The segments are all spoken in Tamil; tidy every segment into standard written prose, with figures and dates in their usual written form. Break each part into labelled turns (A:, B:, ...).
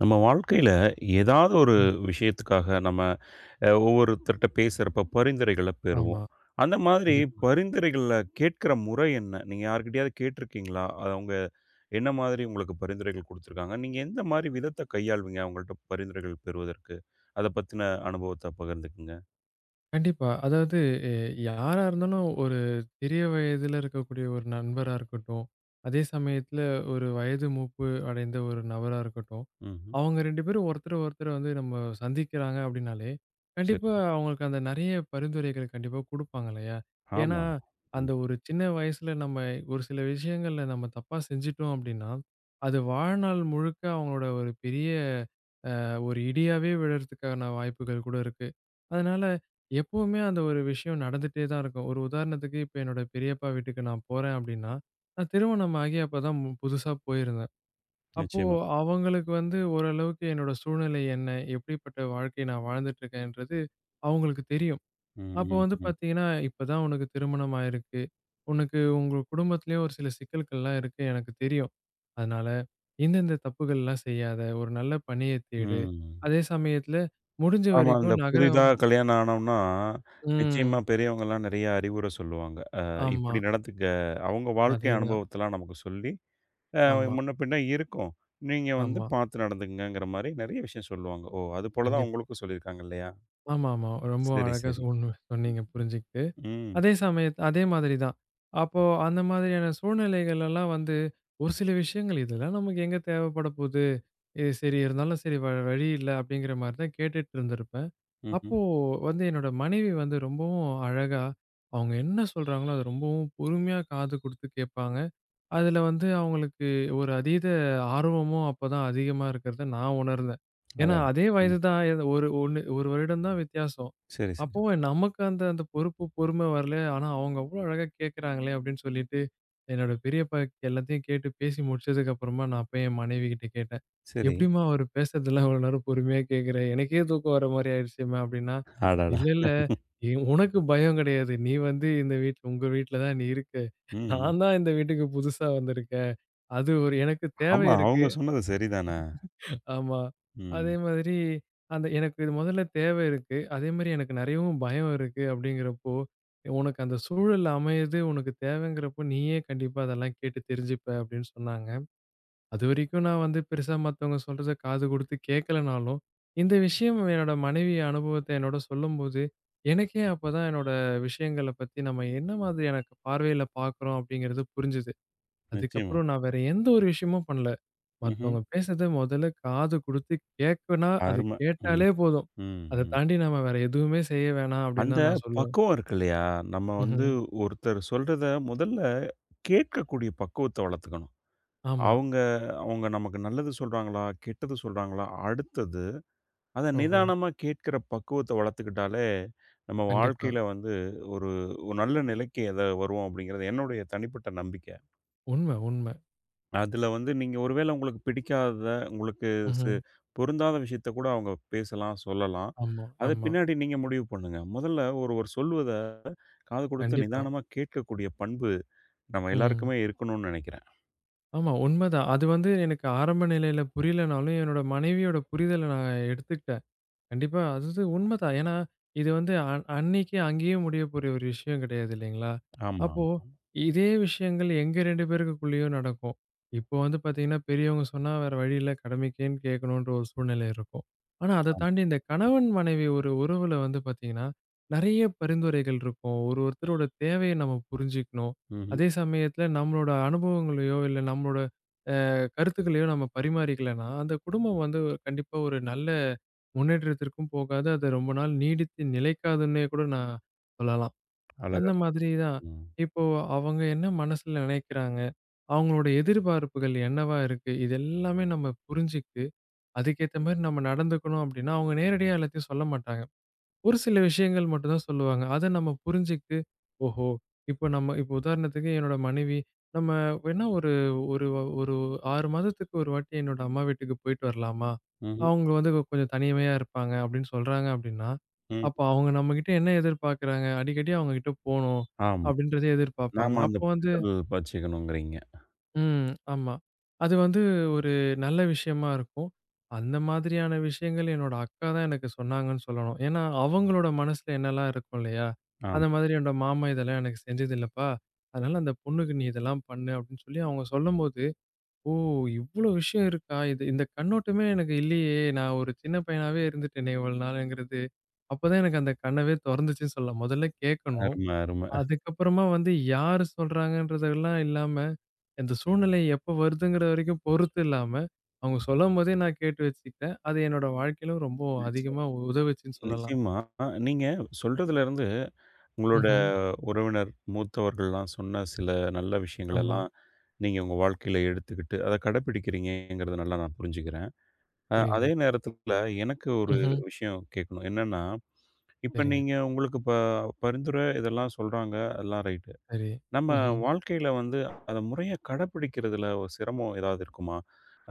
A: நம்ம வாழ்க்கையில ஏதாவது ஒரு
B: ம்.
A: விஷயத்துக்காக நம்ம ஒவ்வொருத்தர்கிட்ட பேசுறப்ப பரிந்துரைகளை
B: ஆமா.
A: பெறுவோம். அந்த மாதிரி
B: கண்டிப்பா.
A: பரிந்துரைகள்ல கேட்கிற முறை என்ன? நீங்க யார்கிட்டயாவது கேட்டிருக்கீங்களா? அது அவங்க என்ன மாதிரி உங்களுக்கு பரிந்துரைகள் குடுத்துருக்காங்க? நீங்க எந்த மாதிரி விதத்த கையாள்வீங்க அவங்கள்ட்ட பரிந்துரைகள் பெறுவதற்கு? அத பத்தின அனுபவத்த பகிர்ந்துக்குங்க.
B: கண்டிப்பா. அதாவது எ யாரா இருந்தாலும் ஒரு சிறிய வயதில இருக்கக்கூடிய ஒரு நண்பரா இருக்கட்டும், அதே சமயத்தில ஒரு வயது மூப்பு அடைந்த ஒரு நபரா இருக்கட்டும்,
A: ம்ஹ்ம்.
B: அவங்க 2 பேரும் ஒருத்தர ஒருத்தர் வந்து நம்ம சந்திக்கிறாங்க அப்படின்னாலே,
A: சரி.
B: கண்டிப்பா அவங்களுக்கு அந்த நெறைய பரிந்துரைகள் கண்டிப்பா குடுப்பாங்க இல்லையா? ஏன்னா,
A: ஆமா. ம்.
B: அந்த ஒரு சின்ன வயசுல நம்ம ஒரு சில விஷயங்கள்ல நம்ம தப்பா செஞ்சுட்டோம் அப்படின்னா, அது வாழ்நாள் முழுக்க அவங்களோட ஒரு பெரிய ஒரு இடியாவே விழறதுக்கான வாய்ப்புகள் கூட இருக்கு. அதனால எப்பவுமே அந்த ஒரு விஷயம் நடந்துட்டே தான் இருக்கும். ஒரு உதாரணத்துக்கு இப்ப என்னோட பெரியப்பா வீட்டுக்கு நான் போறேன் அப்படின்னா, நான் திருமணம் ஆகி அப்பதான் புதுசா போயிருந்தேன். அப்போ
A: நிச்சயமா.
B: அவங்களுக்கு வந்து ஓரளவுக்கு என்னோட சூழ்நிலை என்ன? எப்படிப்பட்ட வாழ்க்கை நான் வாழ்ந்துட்டு இருக்கேன்றது அவங்களுக்கு தெரியும்.
A: ம்,
B: அப்போ
A: ம்,
B: வந்து
A: ம்.
B: பார்த்தீங்கன்னா, இப்பதான் உனக்கு திருமணம் ஆயிருக்கு. உனக்கு உங்க குடும்பத்திலேயே ஒரு சில சிக்கல்கள்லாம் இருக்கு எனக்கு தெரியும். அதனால இந்தந்த தப்புகள்லாம் செய்யாத, ஒரு நல்ல பணிய தேடு.
A: ம்.
B: அதே சமயத்துல முடிஞ்ச
A: ஆமா. இந்த
B: வரைக்கும் நகர
A: புதிதா கல்யாணம் ஆனோம்னா, நிச்சயமா
B: ம்.
A: பெரியவங்கலாம் நெறைய அறிவுரை சொல்லுவாங்க.
B: ஆமா.
A: இப்டி நடந்துக்க அவங்க வாழ்க்கை
B: அதேதான்.
A: அனுபவத்தலாம் நமக்கு சொல்லி, அ
B: ஆமா,
A: முன்ன பின்ன இருக்கும். நீங்க வந்து
B: ஆமா.
A: பார்த்து நடந்துக்கங்கங்கிற மாரி நெறைய விஷயம் சொல்லுவாங்க. ஓ! அது போல தான்
B: கண்டிப்பா.
A: உங்களுக்கும் சொல்லியிருக்காங்க இல்லையா?
B: ஆமாமா. ரொம்ப
A: சரி,
B: அழகா
A: சரி.
B: சொன்னீங்க புரிஞ்சுக்கிட்டு.
A: ம்.
B: அதே மாதிரி தான். அப்போ அந்த மாதிரியான சூழ்நிலைகள் எல்லாம் வந்து ஒரு சில விஷயங்கள் இதெல்லாம் நமக்கு எங்க தேவைப்பட போது? இது சரி இருந்தாலும் சரி வேற வழி இல்ல அப்படிங்கிற மாரி தான் கேட்டுட்டு இருந்திருப்பேன்.
A: ம்ஹ்ம்.
B: அப்போ வந்து என்னோட மனைவி வந்து ரொம்பவும் அழகா, அவங்க என்ன சொல்றாங்களோ, அத ரொம்பவும் பொறுமையா காது குடுத்து கேட்பாங்க. அதுல வந்து அவங்களுக்கு ஒரு அதீத ஆர்வமும் அப்பதான் அதிகமா இருக்கிறத நான் உணர்ந்தேன். ஏன்னா
A: அடடா!
B: அதே
A: ம்.
B: வயது தான் எது ஒரு 1 வருடம் தான் வித்தியாசம்.
A: சரி, சரி,
B: அப்பவும் நமக்கு அந்த அந்த பொறுப்பு, பொறுமை வரல. ஆனா அவங்க அவ்வளோ அழகா கேட்கறாங்களே அப்படின்னு சொல்லிட்டு, என்னோட பெரிய பையன் எல்லாத்தையும் கேட்டு பேசி முடிச்சதுக்கு அப்புறமா நான் போய் என் மனைவிகிட்ட கேட்டேன்.
A: சரி.
B: "எப்படிம்மா அவரு பேசுறதெல்லாம் இவ்வளோ நேரம் பொறுமையா கேட்கிற? எனக்கே தூக்கம் வர மாரி ஆயிடுச்சேம்மா" அப்படின்னா,
A: அடடா!
B: "இல்ல, இல்ல. உனக்கு பயம் கிடையாது. நீ வந்து இந்த வீட்ல உங்க வீட்ல தான் நீ இருக்க."
A: ம். ம்.
B: நான் தான் இந்த வீட்டுக்கு புதுசா வந்திருக்கேன். அது ஒரு எனக்கு தேவை
A: ஆமா.
B: இருக்கு.
A: அவங்க சொன்னது சரிதானே!
B: ஆமா. அதே
A: ம்.
B: மாதிரி அந்த எனக்கு இது முதல்ல தேவை இருக்கு. அதே மாரி எனக்கு நெறையவும் பயம் இருக்கு அப்படிங்கிறப்போ, உனக்கு அந்த சூழல் அமையுது, உனக்கு தேவைங்கிறப்போ நீயே கண்டிப்பா அதெல்லாம் கேட்டு தெரிஞ்சுப்ப அப்படின்னு சொன்னாங்க. அதுவரைக்கும் நான் வந்து பெருசா மத்தவங்க சொல்றத காது குடுத்து கேட்கலனாலும், இந்த விஷயம் என்னோட மனைவி அனுபவத்த என்னோட சொல்லும்போது, எனக்கே அப்பதான் என்னோட விஷயங்கள பத்தி நம்ம என்ன மாதிரியான பார்வையில பார்க்குறோம் அப்படிங்கிறது புரிஞ்சுது.
A: நிச்சயமா.
B: அதுக்கப்புறம் நான் வேற எந்த ஒரு விஷயமும் பண்ணல.
A: ம்ஹ்ம்.
B: மத்தவங்க பேசுறத மொதல்ல காது குடுத்து கேட்கனா, அது
A: அரும. ம்.
B: கேட்டாலே போதும்.
A: ம்.
B: அத
A: ம்.
B: தாண்டி நம்ம வேற எதுவுமே செய்ய வேணாம் அப்படின்னு
A: அந்த
B: தான் நான் சொல்லுவேன்.
A: பக்குவம் இருக்கு இல்லையா? நம்ம வந்து
B: ம்ஹ்ம்.
A: ஒருத்தர் சொல்றத முதல்ல கேட்கக்கூடிய பக்குவத்த வளர்த்துக்கணும்.
B: ஆமா.
A: அவங்க அவங்க நமக்கு நல்லது சொல்றாங்களா? கெட்டது சொல்றாங்களா? அடுத்தது அத
B: ஓஹோ!
A: நிதானமா கேட்கிற பக்குவத்த வளர்த்துக்கிட்டாலே, நம்ம
B: கண்டிப்பா.
A: வாழ்க்கையில வந்து ஒரு ஒரு நல்ல நிலைக்கு எத வருவோம் அப்படிங்கிறது என்னுடைய தனிப்பட்ட நம்பிக்கை.
B: உண்ம, உண்ம.
A: அதுல வந்து நீங்க ஒருவேள உங்களுக்கு பிடிக்காதத, உங்களுக்கு சு
B: ம்ஹ்ம்.
A: பொருந்தாத விஷயத்த கூட அவங்க பேசலாம், சொல்லலாம்.
B: ஆமா,
A: அது
B: ஆமா.
A: பின்னாடி நீங்க முடிவு பண்ணுங்க. முதல்ல ஒருவர் சொல்வத காது கொடுத்து
B: கண்டிப்பா.
A: நிதானமா கேட்கக்கூடிய பண்பு நம்ம
B: ம்.
A: எல்லாருக்குமே இருக்கணும்னு நினைக்கிறேன்.
B: ஆமா உண்மதான். அது வந்து எனக்கு ஆரம்ப நிலையில புரியலனாலும், என்னோட மனைவியோட புரிதல நான் எடுத்துக்கிட்டேன். கண்டிப்பா. அது வந்து உண்மைதான். ஏன்னா, இது வந்து அன்னைக்கு அங்கேயே முடியக்கூடிய ஒரு விஷயம் கிடையாது இல்லைங்களா?
A: ஆமா,
B: அப்போ
A: ஆமா,
B: இதே விஷயங்கள் எங்க 2 பேருக்குள்ளேயும் நடக்கும். இப்போ வந்து பார்த்தீங்கன்னா, பெரியவங்க சொன்னா வேற வழி இல்ல கடமைக்கேன்னு கேட்கணுன்ற ஒரு சூழ்நிலை இருக்கும். ஆனா, அத
A: ஆமா.
B: தாண்டி இந்த கணவன், மனைவி ஒரு உறவுல வந்து பார்த்தீங்கன்னா, நெறைய பரிந்துரைகள் இருக்கும். ஒரு ஒருத்தரோட தேவைய நம்ம புரிஞ்சுக்கணும்.
A: ம்ஹ்ம்.
B: அதே சமயத்தில நம்மளோட அனுபவங்களையோ, இல்ல நம்மளோட கருத்துக்களையும் நம்ம பரிமாறிக்கலன்னா, அந்த குடும்பம் வந்து கண்டிப்பா ஒரு நல்ல முன்னேற்றத்திற்கும் போகாது. அது ரொம்ப நாள் நீடித்து நிலைக்காதுன்னே கூட நான் சொல்லலாம்.
A: அழகா
B: அந்த மாதிரி தான்.
A: சொன்னீங்க.
B: இப்போ அவங்க என்ன மனசுல நினைக்கிறாங்க? அவங்களோட எதிர்பார்ப்புகள் என்னவா இருக்கு? இது எல்லாமே நம்ம புரிஞ்சுகிட்டு, அதுக்கேத்த மாரி நம்ம நடந்துக்கணும் அப்டின்னா, அவங்க நேரடியா எல்லாத்தையும் சொல்ல மாட்டாங்க. ஒரு சில விஷயங்கள் மட்டும் தான் சொல்லுவாங்க. அத நம்ம புரிஞ்சுகிட்டு, ஓஹோ! இப்போ நம்ம இப்போ உதாரணத்துக்கு என்னோட மனைவி, நம்ம வேணா ஒரு ஒரு வ- ஒரு 6 மாதத்துக்கு ஒரு வாட்டி என்னோட அம்மா வீட்டுக்கு போயிட்டு வரலாமா?
A: ம்ஹ்ம்.
B: அவங்க வந்து கொஞ்சம் தனிமையா இருப்பாங்க அப்படின்னு சொல்றாங்க அப்படின்னா,
A: ம்.
B: அப்போ அவங்க நம்மகிட்ட என்ன எதிர்பார்க்குறாங்க? அடிக்கடி அவங்க கிட்ட போணும்,
A: ஆமா.
B: அப்படின்றத எதிர்பார்ப்பாங்க.
A: நாம அந்த
B: அப்போ வந்து
A: புரிதல் வச்சுக்கணுங்கிறீங்க.
B: ம். ஆமா. அது வந்து ஒரு நல்ல விஷயமா இருக்கும். அந்த மாதிரியான விஷயங்கள் என்னோட அக்கா தான் எனக்கு சொன்னாங்கன்னு சொல்லணும். ஏன்னா, அவங்களோட மனசுல என்னலாம் இருக்கும் இல்லையா?
A: ஆமா.
B: அந்த மாதிரி என்னோட மாமா இதெல்லாம் எனக்கு செஞ்சது இல்லப்பா. அதனால அந்த பொண்ணுக்கு நீ இதெல்லாம் பண்ணு அப்படின்னு சொல்லி அவங்க சொல்லும்போது, ஓ! இவ்ளோ விஷயம் இருக்கா? இது இந்த கண்ணோட்டமே எனக்கு இல்லையே. நான் ஒரு சின்ன பையனாவே இருந்துட்டேனே இவ்வளோ நாளுங்கிறது. அப்பதான் எனக்கு அந்த கண்ணவே தொறந்துச்சுன்னு சொல்லலாம். முதல்ல கேட்கணும்.
A: அரும, அரும.
B: அதுக்கப்புறமா வந்து யாரு சொல்றாங்கன்றதெல்லாம் இல்லாம, இந்த சூழ்நிலை எப்ப வருதுங்கிற வரைக்கும் பொறுத்து இல்லாம, அவங்க சொல்லும்போதே நான் கேட்டு வச்சுக்கிட்டேன். அது என்னோட வாழ்க்கையில ரொம்ப
A: நிச்சயம்
B: அதிகமா உதவுச்சுன்னு சொல்லலாம்.
A: நிச்சயமா. நீங்க சொல்றதுலருந்து உங்களோட
B: ம்ஹ்ம்.
A: உறவினர், மூத்தவர்கள்லாம் சொன்ன சில நல்ல
B: ஆமா,
A: விஷயங்களெல்லாம் நீங்க உங்க வாழ்க்கையில எடுத்துக்கிட்டு, அத கடைப்பிடிக்கிறீங்கங்கிறத நல்லா நான் புரிஞ்சுக்கிறேன்.
B: புரியுது.
A: அதே நேரத்தில எனக்கு ஒரு
B: ம்ஹ்ம்.
A: விஷயம் கேட்கணும். என்னன்னா இப்ப
B: சரிங்க.
A: நீங்க உங்களுக்கு பரிந்துரை இதெல்லாம் சொல்றாங்க. அதெல்லாம் ரைட்டு.
B: சரி.
A: நம்ம
B: ம்ஹ்ம்.
A: வாழ்க்கையில வந்து அத முறையா கடைப்பிடிக்கிறதுல ஒரு சிரமம் ஏதாவது இருக்குமா?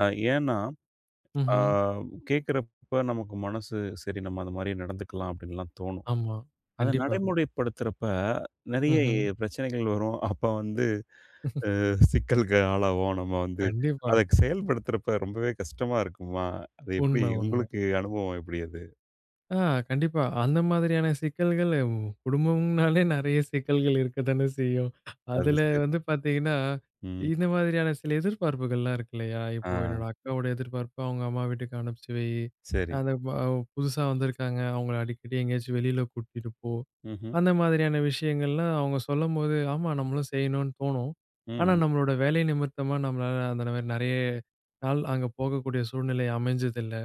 A: அ ஏன்னா, ஆ
B: ம்ஹ்ம்.
A: கேட்கிறப்ப நமக்கு மனசு, சரி நம்ம அந்த மாரி நடந்துக்கலாம் அப்டின்லாம் தோணும்.
B: ஆமா.
A: அத
B: கண்டிப்பா.
A: நடைமுறைப்படுத்துறப்ப நெறைய
B: ம்ஹ்ம்.
A: பிரச்சனைகள் வரும். அப்ப வந்து சிக்கலுக்கு ஆளாவோம். நம்ம வந்து
B: கண்டிப்பா.
A: அத செயல்படுத்துறப்ப ரொம்பவே கஷ்டமா இருக்குமா? அது எப்டி
B: உண்ம, உண்ம.
A: உங்களுக்கு அனுபவம் எப்டி அது?
B: ஆ கண்டிப்பா. அந்த மாதிரியான சிக்கல்கள் குடும்பம்னாலே நெறைய சிக்கல்கள் இருக்கத்தானே செய்யும்.
A: அது
B: அதுல
A: சரி.
B: வந்து பார்த்தீங்கன்னா,
A: ம்.
B: இந்த மாதிரியான சில எதிர்பார்ப்புகள்லாம் இருக்கு இல்லையா?
A: ஆ.
B: இப்போ என்னோட அக்காவோட எதிர்பார்ப்பு அவங்க அம்மா வீட்டுக்கு அனுப்பிச்சு வை.
A: சரி.
B: அந்த புதுசா வந்திருக்காங்க. அவங்கள அடிக்கடி எங்கேயாச்சும் வெளியில கூட்டிட்டு போ.
A: ம்ஹ்ம்.
B: அந்த மாதிரியான விஷயங்கள்லாம் அவங்க சொல்லும்போது, ஆமா நம்மளும் செய்யணும்னு தோணும். ஆனா
A: ம்.
B: நம்மளோட வேலை நிமித்தமா நம்மளால அந்த மாதிரி நெறைய நாள் அங்க போகக்கூடிய சூழ்நிலை அமைஞ்சதில்ல.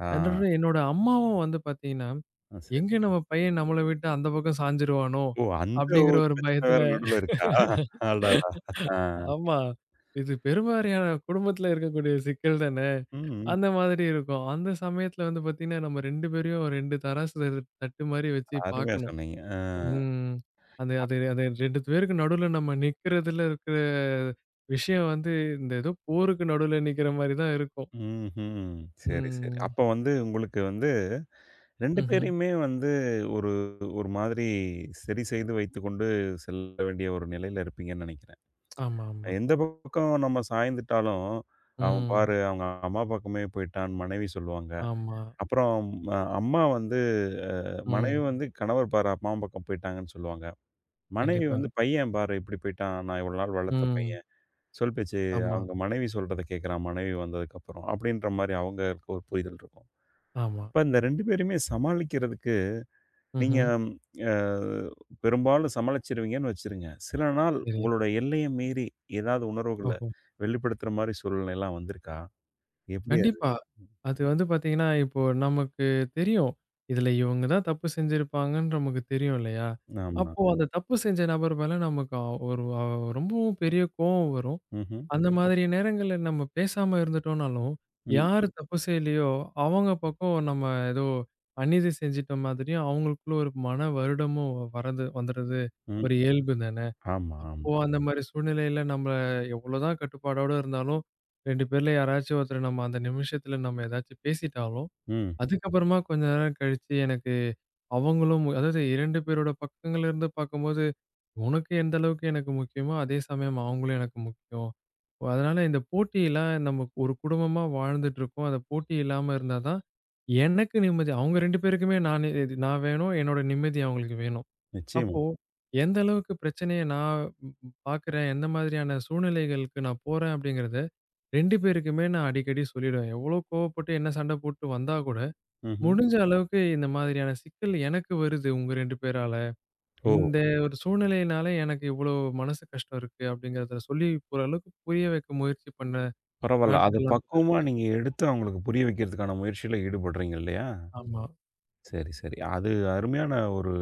A: ஆ.
B: அடடா! என்னோட அம்மாவும் வந்து பார்த்தீங்கன்னா,
A: சரி.
B: எங்க நம்ம பையன் நம்மள விட்டு அந்த பக்கம் சாஞ்சிருவானோ!
A: ஓ! அந்த
B: அப்டிங்கிற
A: ஒரு
B: ஒரு
A: பிரச்சனை
B: பயத்துல
A: வேற நடுவுல இருக்கா? அடடா! ஆ.
B: ஆமா. இது பெருவாரியான குடும்பத்துல இருக்கக்கூடிய சிக்கல் தானே!
A: ம்.
B: அந்த மாதிரி இருக்கும். அந்த சமயத்துல வந்து பார்த்தீங்கன்னா, நம்ம 2 பேரையும் 2 தராசு தட்டு தட்டு மாரி வச்சு
A: அருமையா
B: பார்க்கணும்.
A: சொன்னீங்க. ஆ.
B: ம். அது அது அது 2 பேருக்கு நடுவுல நம்ம நிக்கிறதுல இருக்கிற விஷயம் வந்து, இந்த ஏதோ போருக்கு நடுவுல நிக்கிற மாரி தான் இருக்கும்.
A: ம்ஹ்ம். சரி, சரி.
B: ம்.
A: அப்ப வந்து உங்களுக்கு வந்து 2
B: ம்ஹ்ம்.
A: பேரையுமே வந்து ஒரு ஒரு மாதிரி சரி செய்து வைத்துக்கொண்டு செல்ல வேண்டிய ஒரு நிலையில இருப்பீங்கன்னு நெனைக்கிறேன்.
B: ஆமா, ஆமா.
A: எந்த பக்கம் நம்ம சாய்ந்துட்டாலும், "அவன்
B: ம்.
A: பாரு அவங்க அம்மா பக்கமே போயிட்டான்னு" மனைவி சொல்லுவாங்க.
B: ஆமா.
A: அப்புறம் அம்மா வந்து அ மனைவி
B: ம்.
A: வந்து "கணவர் பாரு அம்மா பக்கம் போயிட்டாங்கன்னு" சொல்லுவாங்க. மனைவி
B: கண்டிப்பா.
A: வந்து "பையன் பாரு இப்படி போய்ட்டான். நான் இவ்வளோ நாள் வளர்த்த
B: ம்.
A: பையன்." சொல் பேச்சு
B: ஆமா,
A: அவங்க மனைவி சொல்றத கேட்குறான் மனைவி வந்ததுக்கப்புறம். அப்படின்ற மாரி அவங்களுக்கு ஒரு புரிதல் இருக்கும்.
B: ஆமா.
A: இப்ப இந்த 2 பேரையுமே சமாளிக்கிறதுக்கு நீங்க
B: ம்ஹ்ம்.
A: அ பெரும்பாலும் சமாளிச்சுருவீங்கன்னு வச்சுருங்க. சில நாள்
B: சரி.
A: உங்களோட எல்லைய மீறி ஏதாவது உணர்வுகள
B: ஓஹோ!
A: வெளிப்படுத்துற மாரி சூழ்நிலைலாம் வந்திருக்கா? எப்படி அது?
B: கண்டிப்பா. அது வந்து பார்த்தீங்கன்னா, இப்போ நமக்கு தெரியும். இதுல இவங்க தான் தப்பு செஞ்சிருப்பாங்கன்னு நமக்கு தெரியும் இல்லையா?
A: ஆமா.
B: அப்போ அந்த தப்பு செஞ்ச நபர் மேல நமக்கு ஒரு ரொம்பவும் பெரிய கோவம் வரும்.
A: ம்ஹ்ம்.
B: அந்த மாதிரி நேரங்கள்ல நம்ம பேசாம இருந்துட்டோம்னாலும்,
A: ம்.
B: யார் தப்பு செய்யலையோ, அவங்க பக்கம் நம்ம ஏதோ அநீதி செஞ்சுட்ட மாதிரியும் அவங்களுக்குள்ள ஒரு மன வருடமும் வரது வந்துடுறது
A: ம்.
B: ஒரு இயல்பு தானே!
A: ஆமா,
B: அப்போ
A: ஆமா.
B: அந்த மாரி சூழ்நிலையில நம்ம எவ்வளோதான் கட்டுப்பாடோட இருந்தாலும், 2 பேர்ல யாராச்சும் ஒருத்தர நம்ம அந்த நிமிஷத்துல நம்ம ஏதாச்சும் பேசிட்டாலும்,
A: ம்.
B: அதுக்கப்புறமா கொஞ்ச நேரம் கழிச்சு எனக்கு அவங்களும் அதாவது 2 பேரோட பக்கங்கள்ல இருந்து பார்க்கும்போது, உனக்கு எந்த அளவுக்கு எனக்கு முக்கியமோ, அதே சமயம் அவங்களும் எனக்கு முக்கியம். அதனால இந்த போட்டியெல்லாம் நம்ம ஒரு குடும்பமா வாழ்ந்துட்டு இருக்கோம். அந்த போட்டி இல்லாம இருந்தா தான் எனக்கு நிம்மதி. அவங்க 2 பேருக்குமே நான் நான் வேணும். என்னோட நிம்மதி அவங்களுக்கு வேணும்.
A: நிச்சயமா.
B: அப்போ, எந்த அளவுக்கு பிரச்சனைய நான் ம் பார்க்குறேன், எந்த மாதிரியான சூழ்நிலைகளுக்கு நான் போறேன் அப்படிங்கிறத 2 பேருக்குமே நான் அடிக்கடி சொல்லிடுவேன். எவ்வளோ கோவப்பட்டு என்ன சண்டை போட்டு வந்தா கூட,
A: ம்ஹ்ம்.
B: முடிஞ்ச அளவுக்கு இந்த மாதிரியான சிக்கல் எனக்கு வருது உங்க 2 பேரால.
A: ஓ!
B: இந்த ஒரு சூழ்நிலையினால எனக்கு இவ்வளோ மனசு கஷ்டம் இருக்கு அப்படிங்கிறத சொல்லி ஒரு அளவுக்கு புரிய வைக்க முயற்சி பண்ண
A: பரவால்ல. அது
B: நாட்கள்லாம் கூட
A: பக்குவமா
B: இருக்கு.
A: நீங்க எடுத்து அவங்களுக்கு புரிய வைக்கிறதுக்கான முயற்சியில ஈடுபடுறீங்க இல்லையா?
B: ஆமா.
A: சரி, சரி. அது அருமையான ஒரு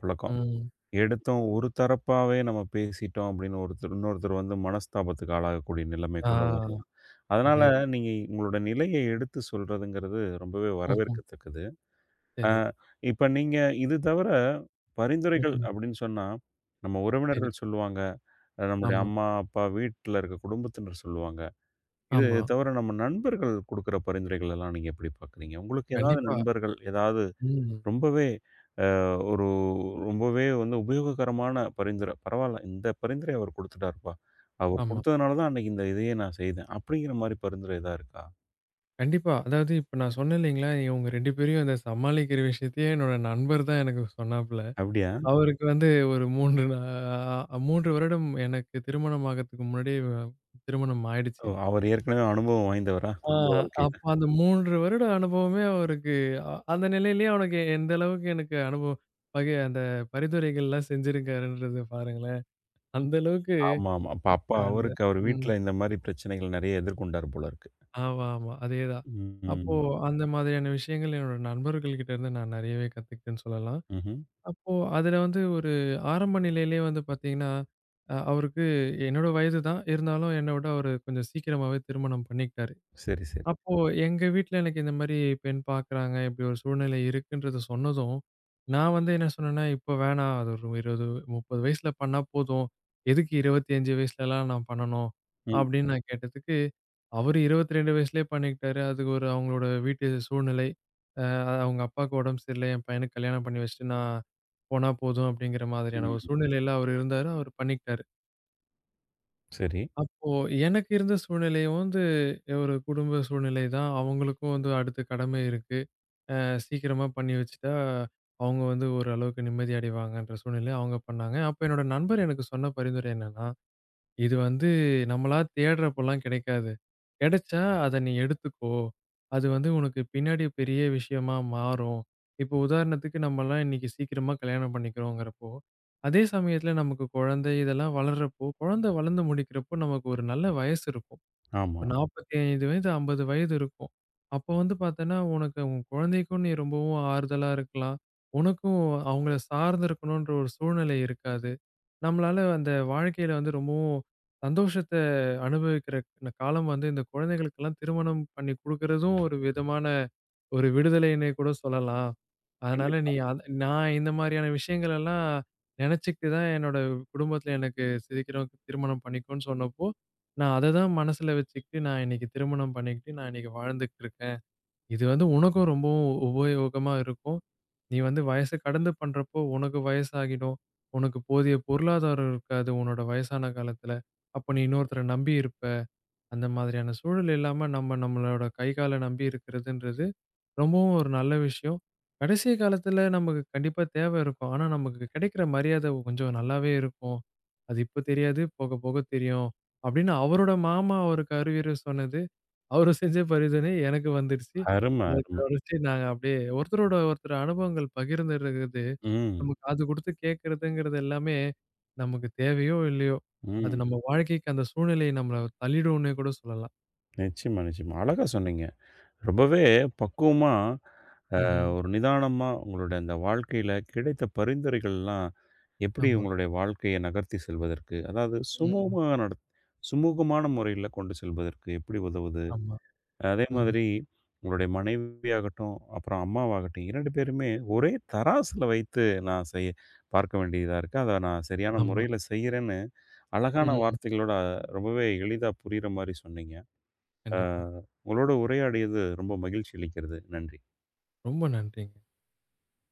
A: புழக்கம்.
B: ம்.
A: எடுத்தோம் ஒரு தரப்பாவே நம்ம பேசிட்டோம் அப்படின்னு ஒருத்தர் இன்னொருத்தர் வந்து மனஸ்தாபத்துக்கு ஆளாகக்கூடிய நிலைமை
B: ஆ
A: கூட வரலாம். அதனால
B: அதேதான்.
A: நீங்க உங்களோட நிலைய எடுத்து சொல்றதுங்கிறது ரொம்பவே
B: ம்ஹ்ம்.
A: வரவேற்கத்தக்கது. அ
B: சரி.
A: இப்ப நீங்க இது தவிர பரிந்துரைகள்
B: ம்ஹ்ம்.
A: அப்படின்னு சொன்னா, நம்ம
B: சரி.
A: உறவினர்கள் சொல்லுவாங்க, நம்முடைய
B: ஆமா,
A: அம்மா, அப்பா, வீட்ல இருக்க குடும்பத்தினர் சொல்லுவாங்க. இது
B: ஆமா.
A: தவிர நம்ம நண்பர்கள் குடுக்குற பரிந்துரைகள் எல்லாம் நீங்க எப்படி பார்க்குறீங்க? உங்களுக்கு ஏதாவது
B: கண்டிப்பா.
A: நண்பர்கள் ஏதாவது
B: ம்.
A: ரொம்பவே அ ஒரு ரொம்பவே வந்து உபயோககரமான பரிந்துரை, "பரவால்ல இந்த பரிந்துரை அவர் குடுத்துட்டாருப்பா. அவர்
B: ஆமா.
A: குடுத்ததுனால தான் அன்னைக்கு இதையே நான் செய்தேன்." அப்படிங்கிற மாரி பரிந்துரை ஏதா இருக்கா?
B: கண்டிப்பா. அதாவது இப்ப நான் சொன்னேன் இல்லைங்களா, இவங்க 2 பேரையும் அத சமாளிக்கிற விஷயத்தையே என்னோட நண்பர் தான் எனக்கு சொன்னாப்புல.
A: அப்படியா?
B: அவருக்கு வந்து ஒரு 3 நா அ 3 வருடம் எனக்கு திருமணம் ஆகறதுக்கு முன்னாடியே திருமணம் ஆயிடுச்சு.
A: ஓ! அவர் ஏற்கனவே அனுபவம் வாய்ந்தவரா?
B: ஆ
A: குடும்ப வாழ்க்கையில.
B: அப்ப அந்த 3 வருட அனுபவமே அவருக்கு அந்த நிலையிலயே அவனுக்கு எந்த அளவுக்கு எனக்கு அனுபவம் பகை அந்த பரிந்துரைகள்லாம் செஞ்சிருக்காருன்றத பாருங்களேன். அந்த அளவுக்கு
A: ஆமாமா. அப்ப அப்ப அப்பா
B: அந்த
A: அவருக்கு அவர்
B: ம்.
A: வீட்ல இந்த மாரி பிரச்சனைகள் நெறைய எதிர்கொண்டார் போல இருக்கு.
B: ஆமா, ஆமா. அதேதான். அப்போ
A: ம்.
B: அந்த மாதிரியான விஷயங்கள் என்னோட நண்பர்கள்கிட்ட இருந்து நான் நெறையவே கத்துக்கிட்டேன்னு சொல்லலாம்.
A: ம்ஹ்ம்.
B: அப்போ அதுல வந்து ஒரு ஆரம்ப நிலையிலேயே வந்து பார்த்தீங்கன்னா, அவருக்கு என்னோட வயது தான். இருந்தாலும் என்ன விட அவரு கொஞ்சம் சீக்கிரமாவே திருமணம் பண்ணிக்கிட்டாரு.
A: சரி, சரி.
B: அப்போ எங்க வீட்ல எனக்கு இந்த மாரி பெண் பார்க்குறாங்க, இப்படி ஒரு சூழ்நிலை இருக்குன்றத சொன்னதும், நான் வந்து என்ன சொன்னேன்னா, "இப்போ வேணாம். அது ஒரு 20, 30 வயசுல பண்ணா போதும். எதுக்கு 25 வயசுலலாம் நான் பண்ணணும்?"
A: ம்,
B: அப்படின்னு நான் கேட்டதுக்கு, அவரு 22 வயசுலயே பண்ணிக்கிட்டாரு. அதுக்கு ஒரு அவங்களோட வீட்டு சூழ்நிலை. அ அவங்க அப்பாவுக்கு உடம்பு சரியில்ல. என் பையனுக்கு கல்யாணம் பண்ணி வச்சுட்டு நான் போனா போதும் அப்படிங்கிற மாதிரியான ஒரு
A: ம்.
B: சூழ்நிலையில அவரு இருந்தாரு. அவரு பண்ணிக்கிட்டாரு.
A: சரி.
B: அப்போ எனக்கு இருந்த சூழ்நிலையும் வந்து ஒரு குடும்ப சூழ்நிலை தான். அவங்களுக்கும் வந்து அடுத்த கடமை இருக்கு. அ சீக்கிரமா பண்ணி வச்சுட்டா அவங்க வந்து ஓரளவுக்கு நிம்மதி அடைவாங்கன்ற சூழ்நிலை அவங்க பண்ணாங்க. அப்ப என்னோட நண்பர் எனக்கு சொன்ன பரிந்துரை என்னன்னா இது வந்து நம்மளா தேடுறப்பலாம் கிடைக்காது. கிடைச்சா அத நீ எடுத்துக்கோ. அது வந்து உனக்கு பின்னாடி பெரிய விஷயமா மாறும். இப்போ உதாரணத்துக்கு நம்மலாம் இன்னைக்கு சீக்கிரமா கல்யாணம் பண்ணிக்கிறோங்கிறப்போ, அதே சமயத்துல நமக்கு குழந்தை இதெல்லாம் வளர்றப்போ, குழந்தை வளர்ந்து முடிக்கிறப்போ நமக்கு ஒரு நல்ல வயசு இருக்கும்.
A: ஆமா.
B: 45 வயது, 50 வயது இருக்கும். அப்போ வந்து பார்த்தேன்னா, உனக்கு உன் குழந்தைக்கும் நீ ரொம்பவும் ஆறுதலா இருக்கலாம். உனக்கும் அவங்கள சார்ந்து இருக்கணுன்ற ஒரு சூழ்நிலை இருக்காது. நம்மளால அந்த வாழ்க்கையில வந்து ரொம்பவும் சந்தோஷத்த அனுபவிக்கிற காலம் வந்து இந்த குழந்தைகளுக்கெல்லாம் திருமணம் பண்ணி குடுக்குறதும் ஒரு விதமான ஒரு விடுதலைன்னே கூட சொல்லலாம். அதனால நீ
A: கண்டிப்பா.
B: அத நான் இந்த மாரியான விஷயங்கள் எல்லாம் நெனச்சுக்கிட்டு தான் என்னோட குடும்பத்தில எனக்கு சீக்கிரம் திருமணம் பண்ணிக்கோன்னு சொன்னப்போ, நான் அத தான் மனசுல வச்சுக்கிட்டு நான் இன்னைக்கு திருமணம் பண்ணிக்கிட்டு நான் இன்னைக்கு வாழ்ந்துகிட்டு இருக்கேன். இது வந்து உனக்கும் ரொம்பவும் உபயோகமா இருக்கும். நீ வந்து வயசு கடந்து பண்றப்போ உனக்கு வயசாகிடும். உனக்கு போதிய பொருளாதாரம் இருக்காது உன்னோட வயசான காலத்தில. அப்ப நீ இன்னொருத்தர நம்பி இருப்ப. அந்த மாதிரியான சூழல் இல்லாம நம்ம நம்மளோட கை கால நம்பி இருக்கிறதுன்றது ரொம்பவும் ஒரு நல்ல விஷயம். கடைசி காலத்துல நமக்கு கண்டிப்பா தேவை இருக்கும். ஆனா, நமக்கு கிடைக்கிற மரியாதை கொஞ்சம் நல்லாவே இருக்கும். அது இப்ப தெரியாது, போக போக தெரியும். அப்படின்னு அவரோட மாமா அவருக்கு அறிவுரை சொன்னது, அவரு செஞ்ச பரிந்துரை எனக்கு வந்துடுச்சு.
A: அரும,
B: எனக்கு
A: அரும.
B: வந்துச்சு நாங்க அப்படியே ஒருத்தரோட ஒருத்தர் அனுபவங்கள் பகிர்ந்துருக்கிறது,
A: ம்.
B: நம்ம காது குடுத்து கேட்கறதுங்கிறது எல்லாமே நமக்கு தேவையோ இல்லையோ, அது
A: ம்.
B: நம்ம வாழ்க்கைக்கு அந்த சூழ்நிலை நம்மள தள்ளிடும்னே கூட சொல்லலாம்.
A: நிச்சயமா, நிச்சயமா. அழகா சொன்னீங்க. ரொம்பவே பக்குவமா,
B: ம்ஹ்ம்.
A: ஒரு நிதானமா உங்களுடைய அந்த வாழ்க்கையில கிடைத்த பரிந்துரைகள்லாம் எப்படி
B: ஆமா.
A: உங்களுடைய வாழ்க்கைய நகர்த்தி செல்வதற்கு, அதாவது
B: ம்.
A: சுமூகமான முறையில கொண்டு செல்வதற்கு எப்படி உதவுது?
B: ஆமா.
A: அதே
B: ம்.
A: மாதிரி உங்களுடைய மனைவியாகட்டும், அப்புறம் அம்மாவாகட்டும் 2 பேருமே ஒரே தராசுல வைத்து நான் செய் பார்க்க வேண்டியதா இருக்கு. அத நான் சரியான
B: ஆமா.
A: முறையில செய்றேன்னு அழகான
B: ம்.
A: வார்த்தைகளோட ரொம்பவே எளிதா புரியிற மாரி சொன்னீங்க. ஆ,
B: கண்டிப்பா.
A: உங்களோட உரையாடியது ரொம்ப மகிழ்ச்சி அளிக்கிறது. நன்றி.
B: ரொம்ப நன்றிங்க.